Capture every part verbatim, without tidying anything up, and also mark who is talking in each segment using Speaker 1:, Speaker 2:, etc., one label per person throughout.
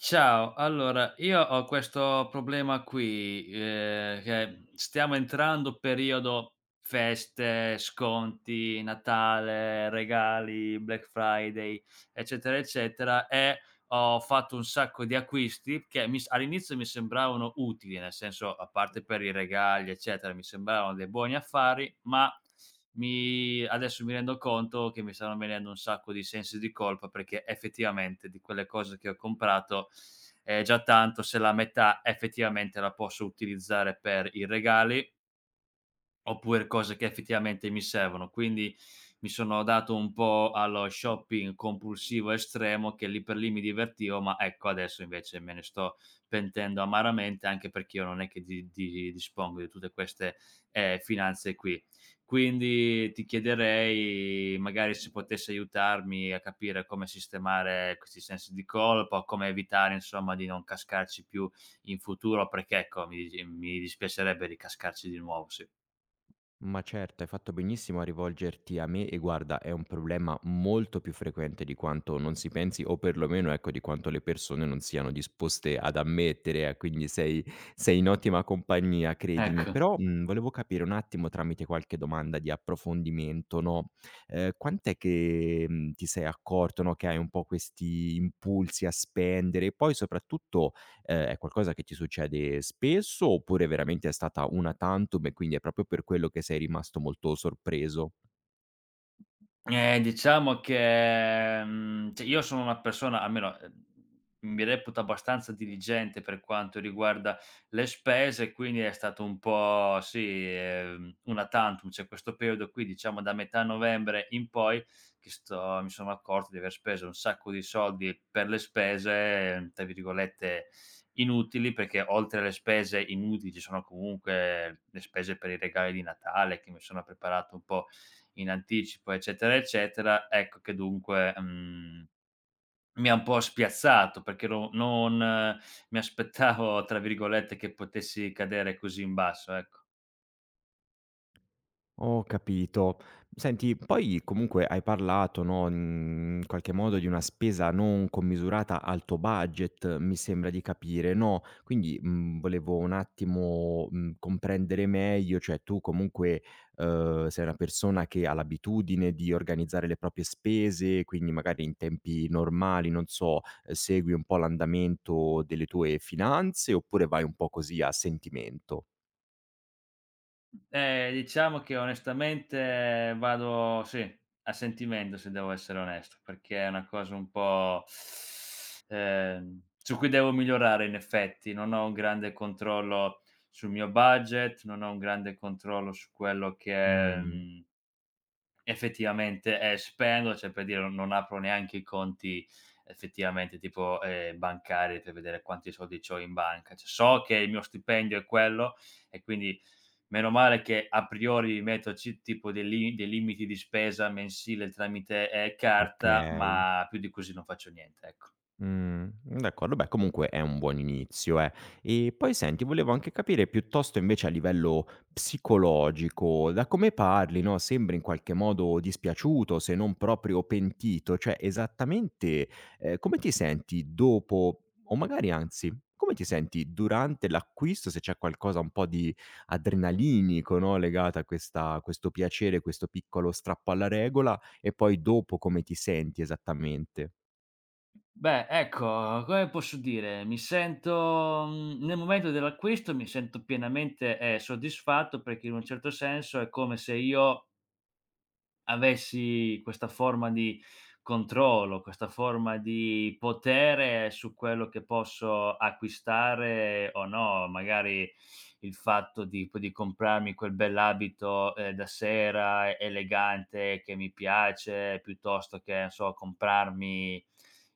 Speaker 1: Ciao, allora io ho questo problema qui, ehm, che stiamo entrando periodo feste, sconti, Natale, regali, Black Friday, eccetera, eccetera e ho fatto un sacco di acquisti che mi s all'inizio mi sembravano utili, nel senso, a parte per i regali, eccetera, mi sembravano dei buoni affari, ma mi adesso mi rendo conto che mi stanno venendo un sacco di sensi di colpa, perché effettivamente di quelle cose che ho comprato è già tanto se la metà effettivamente la posso utilizzare per i regali, oppure cose che effettivamente mi servono. Quindi mi sono dato un po' allo shopping compulsivo estremo che lì per lì mi divertivo, ma ecco adesso invece me ne sto pentendo amaramente, anche perché io non è che di di dispongo di tutte queste, ehm, finanze qui. Quindi ti chiederei magari se potessi aiutarmi a capire come sistemare questi sensi di colpa, come evitare insomma di non cascarci più in futuro, perché ecco mi mi dispiacerebbe ricascarci di nuovo, sì.
Speaker 2: Ma certo, hai fatto benissimo a rivolgerti a me e guarda, è un problema molto più frequente di quanto non si pensi o perlomeno ecco di quanto le persone non siano disposte ad ammettere, eh, quindi sei sei in ottima compagnia, credimi.
Speaker 1: Ecco.
Speaker 2: Però, mhmm, volevo capire un attimo tramite qualche domanda di approfondimento, no, ehm, quant'è che, mhmm, ti sei accorto, no, che hai un po' questi impulsi a spendere e poi soprattutto Ehm, è qualcosa che ti succede spesso, oppure veramente è stata una tantum e quindi è proprio per quello che sei rimasto molto sorpreso?
Speaker 1: Eh, diciamo che, mhmm, cioè io sono una persona almeno, ehm, mi reputo abbastanza diligente per quanto riguarda le spese, quindi è stato un po' sì, ehm, una tantum, cioè questo periodo qui, diciamo da metà novembre in poi, che sto mi sono accorto di aver speso un sacco di soldi per le spese, tra virgolette, "inutili", perché oltre alle spese inutili ci sono comunque le spese per i regali di Natale, che mi sono preparato un po' in anticipo, eccetera, eccetera, ecco che dunque, mhmm, mi ha un po' spiazzato perché ero non eh, mi aspettavo, tra virgolette, che potessi cadere così in basso, ecco.
Speaker 2: Ho capito. Senti, poi comunque hai parlato, no, mhmm, in qualche modo di una spesa non commisurata al tuo budget, mi sembra di capire, no, quindi, mhmm, volevo un attimo, mhmm, comprendere meglio, cioè tu comunque, uhm, sei una persona che ha l'abitudine di organizzare le proprie spese, quindi magari in tempi normali, non so, ehm, segui un po' l'andamento delle tue finanze, oppure vai un po' così a sentimento?
Speaker 1: Eh, diciamo che onestamente vado sì, a sentimento se devo essere onesto, perché è una cosa un po', ehm, su cui devo migliorare in effetti. Non ho un grande controllo sul mio budget, non ho un grande controllo su quello che è,
Speaker 2: Mh,
Speaker 1: mhmm, effettivamente, eh, spendo, cioè per dire non non apro neanche i conti effettivamente tipo, ehm, bancari per vedere quanti soldi c'ho in banca. Cioè so che il mio stipendio è quello e quindi meno male che a priori metto ci tipo dei li dei limiti di spesa mensile tramite, ehm, carta,
Speaker 2: okay.
Speaker 1: ma più di così non faccio niente, ecco.
Speaker 2: Mh, d'accordo. Beh, comunque è un buon inizio, eh. E poi senti, volevo anche capire piuttosto invece a livello psicologico, da come parli, no, sembri in qualche modo dispiaciuto, se non proprio pentito, cioè esattamente, ehm, come ti senti dopo o magari anzi, come ti senti durante l'acquisto, se c'è qualcosa un po' di adrenalinico, no, legato a questa a questo piacere, questo piccolo strappo alla regola, e poi dopo come ti senti esattamente?
Speaker 1: Beh, ecco, come posso dire, mi sento mhmm, nel momento dell'acquisto mi sento pienamente, ehm, soddisfatto perché in un certo senso è come se io avessi questa forma di controllo, questa forma di potere su quello che posso acquistare o no, magari il fatto di poi di comprarmi quel bell'abito, ehm, da sera elegante che mi piace, piuttosto che, non so, comprarmi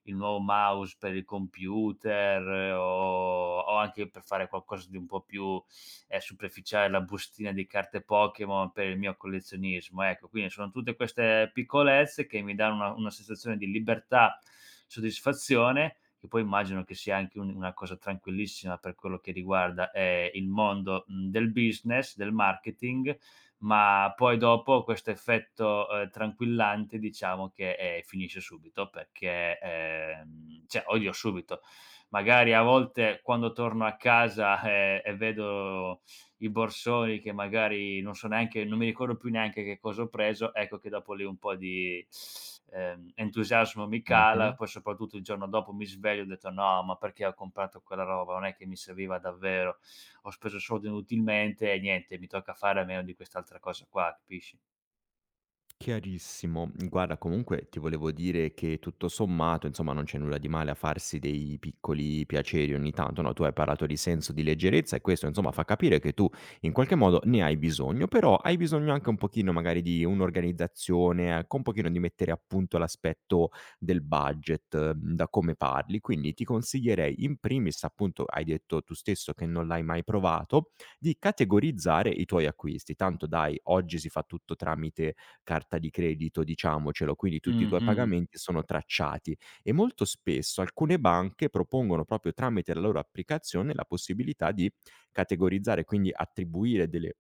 Speaker 1: il nuovo mouse per il computer eh, o o anche per fare qualcosa di un po' più eh, superficiale la bustina di carte Pokémon per il mio collezionismo. Ecco, quindi sono tutte queste piccolezze che mi danno una una sensazione di libertà, soddisfazione, che poi immagino che sia anche un una cosa tranquillissima per quello che riguarda, ehm, il mondo, mhmm, del business, del marketing, ma poi dopo questo effetto, ehm, tranquillante diciamo che, ehm, finisce subito perché, ehm, cioè oddio subito, magari a volte quando torno a casa, ehm, e vedo i borsoni che magari non so neanche non mi ricordo più neanche che cosa ho preso, ecco che dopo lì un po' di, ehm, entusiasmo mi cala,
Speaker 2: Mh-mh.
Speaker 1: poi soprattutto il giorno dopo mi sveglio e ho detto: "No, ma perché ho comprato quella roba? Non è che mi serviva davvero, ho speso soldi inutilmente e niente, mi tocca fare a meno di quest'altra cosa qua", capisci?
Speaker 2: Chiarissimo. Guarda, comunque ti volevo dire che tutto sommato, insomma, non c'è nulla di male a farsi dei piccoli piaceri ogni tanto, no? Tu hai parlato di senso di leggerezza e questo, insomma, fa capire che tu in qualche modo ne hai bisogno, però hai bisogno anche un pochino magari di un'organizzazione, ecco, un pochino di mettere a punto l'aspetto del budget, eh, da come parli. Quindi ti consiglierei, in primis, appunto, hai detto tu stesso che non l'hai mai provato, di categorizzare i tuoi acquisti. Tanto dai, oggi si fa tutto tramite carta di credito, diciamocelo, quindi tutti i tuoi
Speaker 1: Mh-mh.
Speaker 2: pagamenti sono tracciati e molto spesso alcune banche propongono proprio tramite la loro applicazione la possibilità di categorizzare, quindi attribuire delle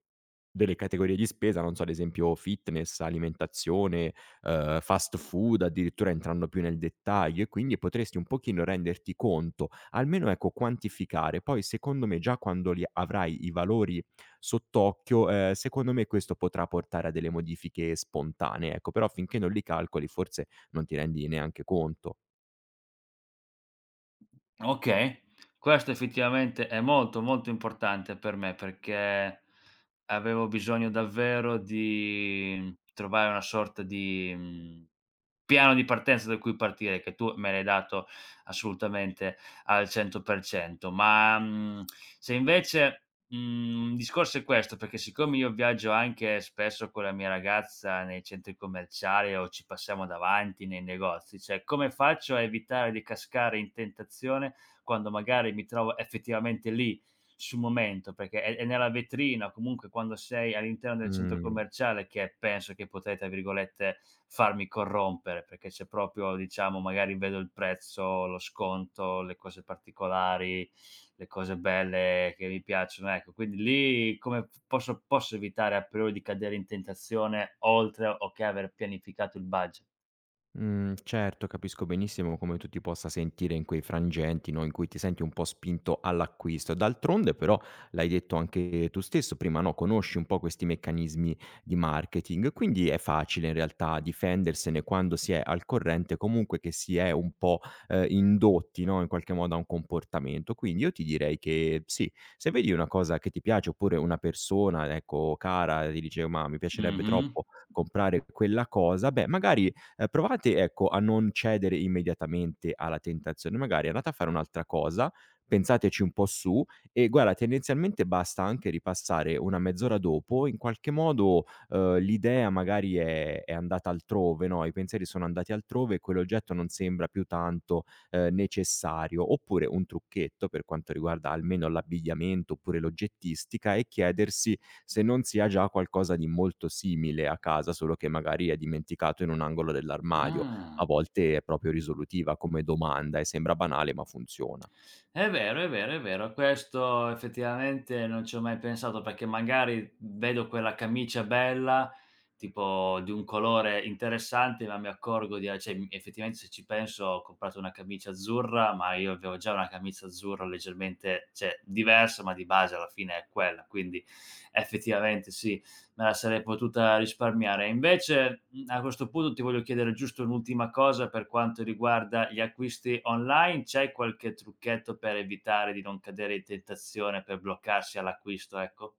Speaker 2: delle categorie di spesa, non so, ad esempio fitness, alimentazione, uhm, fast food, addirittura entrando più nel dettaglio e quindi potresti un pochino renderti conto, almeno ecco quantificare. Poi secondo me già quando li avrai i valori sott'occhio, ehm, secondo me questo potrà portare a delle modifiche spontanee, ecco, però finché non li calcoli forse non ti rendi neanche conto.
Speaker 1: Okay, questo effettivamente è molto, molto importante per me perché avevo bisogno davvero di trovare una sorta di, mhmm, piano di partenza da cui partire, che tu me l'hai dato assolutamente al cento per cento. Ma, mhmm, se invece mhmm, il discorso è questo, perché siccome io viaggio anche spesso con la mia ragazza nei centri commerciali o ci passiamo davanti nei negozi, cioè come faccio a evitare di cascare in tentazione quando magari mi trovo effettivamente lì sul momento, perché è è nella vetrina, comunque quando sei all'interno del centro
Speaker 2: Mh.
Speaker 1: commerciale che penso che potrei, tra virgolette, "farmi corrompere", perché c'è proprio diciamo, magari vedo il prezzo, lo sconto, le cose particolari, le cose belle che mi piacciono, ecco. Quindi lì come p posso posso evitare a priori di cadere in tentazione oltre o che aver pianificato il budget?
Speaker 2: Mhmm, certo, capisco benissimo come tu ti possa sentire in quei frangenti, no, in cui ti senti un po' spinto all'acquisto. D'altronde però l'hai detto anche tu stesso prima, no, conosci un po' questi meccanismi di marketing, quindi è facile in realtà difendersene quando si è al corrente comunque che si è un po', ehm, indotti, no, in qualche modo a un comportamento. Quindi io ti direi che sì, se vedi una cosa che ti piace oppure una persona, ecco, cara, ti dice: "Ma mi piacerebbe
Speaker 1: Mh-mh.
Speaker 2: troppo comprare quella cosa", beh magari Ehm, provate, ecco, a non cedere immediatamente alla tentazione, magari andate a fare un'altra cosa, pensateci un po' su e guarda tendenzialmente basta anche ripassare una mezz'ora dopo, in qualche modo, uhm, l'idea magari è è andata altrove, no, i pensieri sono andati altrove e quell'oggetto non sembra più tanto, ehm, necessario. Oppure un trucchetto per quanto riguarda almeno l'abbigliamento oppure l'oggettistica è chiedersi se non si ha già qualcosa di molto simile a casa, solo che magari è dimenticato in un angolo dell'armadio. A
Speaker 1: Ah.
Speaker 2: volte è proprio risolutiva come domanda e sembra banale, ma funziona.
Speaker 1: È vero, è vero, è vero. Questo effettivamente non ci ho mai pensato, perché magari vedo quella camicia bella, tipo di un colore interessante, ma mi accorgo di a cioè, mhmm, effettivamente se ci penso ho comprato una camicia azzurra, ma io avevo già una camicia azzurra leggermente cioè diversa, ma di base alla fine è quella. Quindi effettivamente sì, me la sarei potuta risparmiare. Invece, mhmm, a questo punto ti voglio chiedere giusto un'ultima cosa per quanto riguarda gli acquisti online. C'hai qualche trucchetto per evitare di non cadere in tentazione, per bloccarsi all'acquisto, ecco?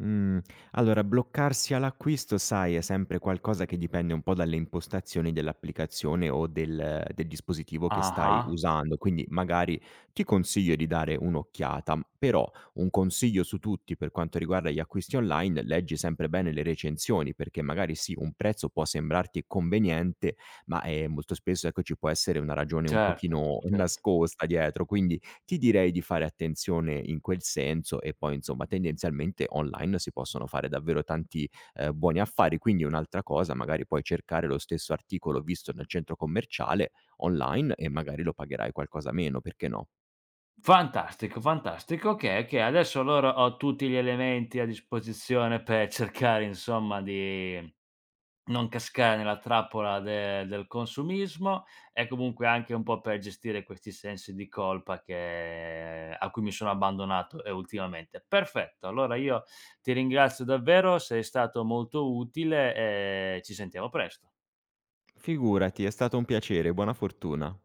Speaker 2: Mhmm, allora bloccarsi all'acquisto, sai, è sempre qualcosa che dipende un po' dalle impostazioni dell'applicazione o del del dispositivo che stai
Speaker 1: Ah-ah,
Speaker 2: usando, quindi magari ti consiglio di dare un'occhiata. Però un consiglio su tutti per quanto riguarda gli acquisti online: leggi sempre bene le recensioni, perché magari sì, un prezzo può sembrarti conveniente, ma, ehm, molto spesso, ecco, ci può essere una ragione un
Speaker 1: certo,
Speaker 2: pochino
Speaker 1: certo.
Speaker 2: nascosta dietro. Quindi ti direi di fare attenzione in quel senso e poi insomma tendenzialmente online si possono fare davvero tanti, ehm, buoni affari, quindi un'altra cosa magari puoi cercare lo stesso articolo visto nel centro commerciale online e magari lo pagherai qualcosa meno, perché no?
Speaker 1: Fantastico, fantastico. Okay, okay, adesso allora ho tutti gli elementi a disposizione per cercare insomma di non cascare nella trappola de del consumismo e comunque anche un po' per gestire questi sensi di colpa che a cui mi sono abbandonato, ehm, ultimamente. Perfetto, allora io ti ringrazio davvero, sei stato molto utile e ci sentiamo presto.
Speaker 2: Figurati, è stato un piacere, buona fortuna.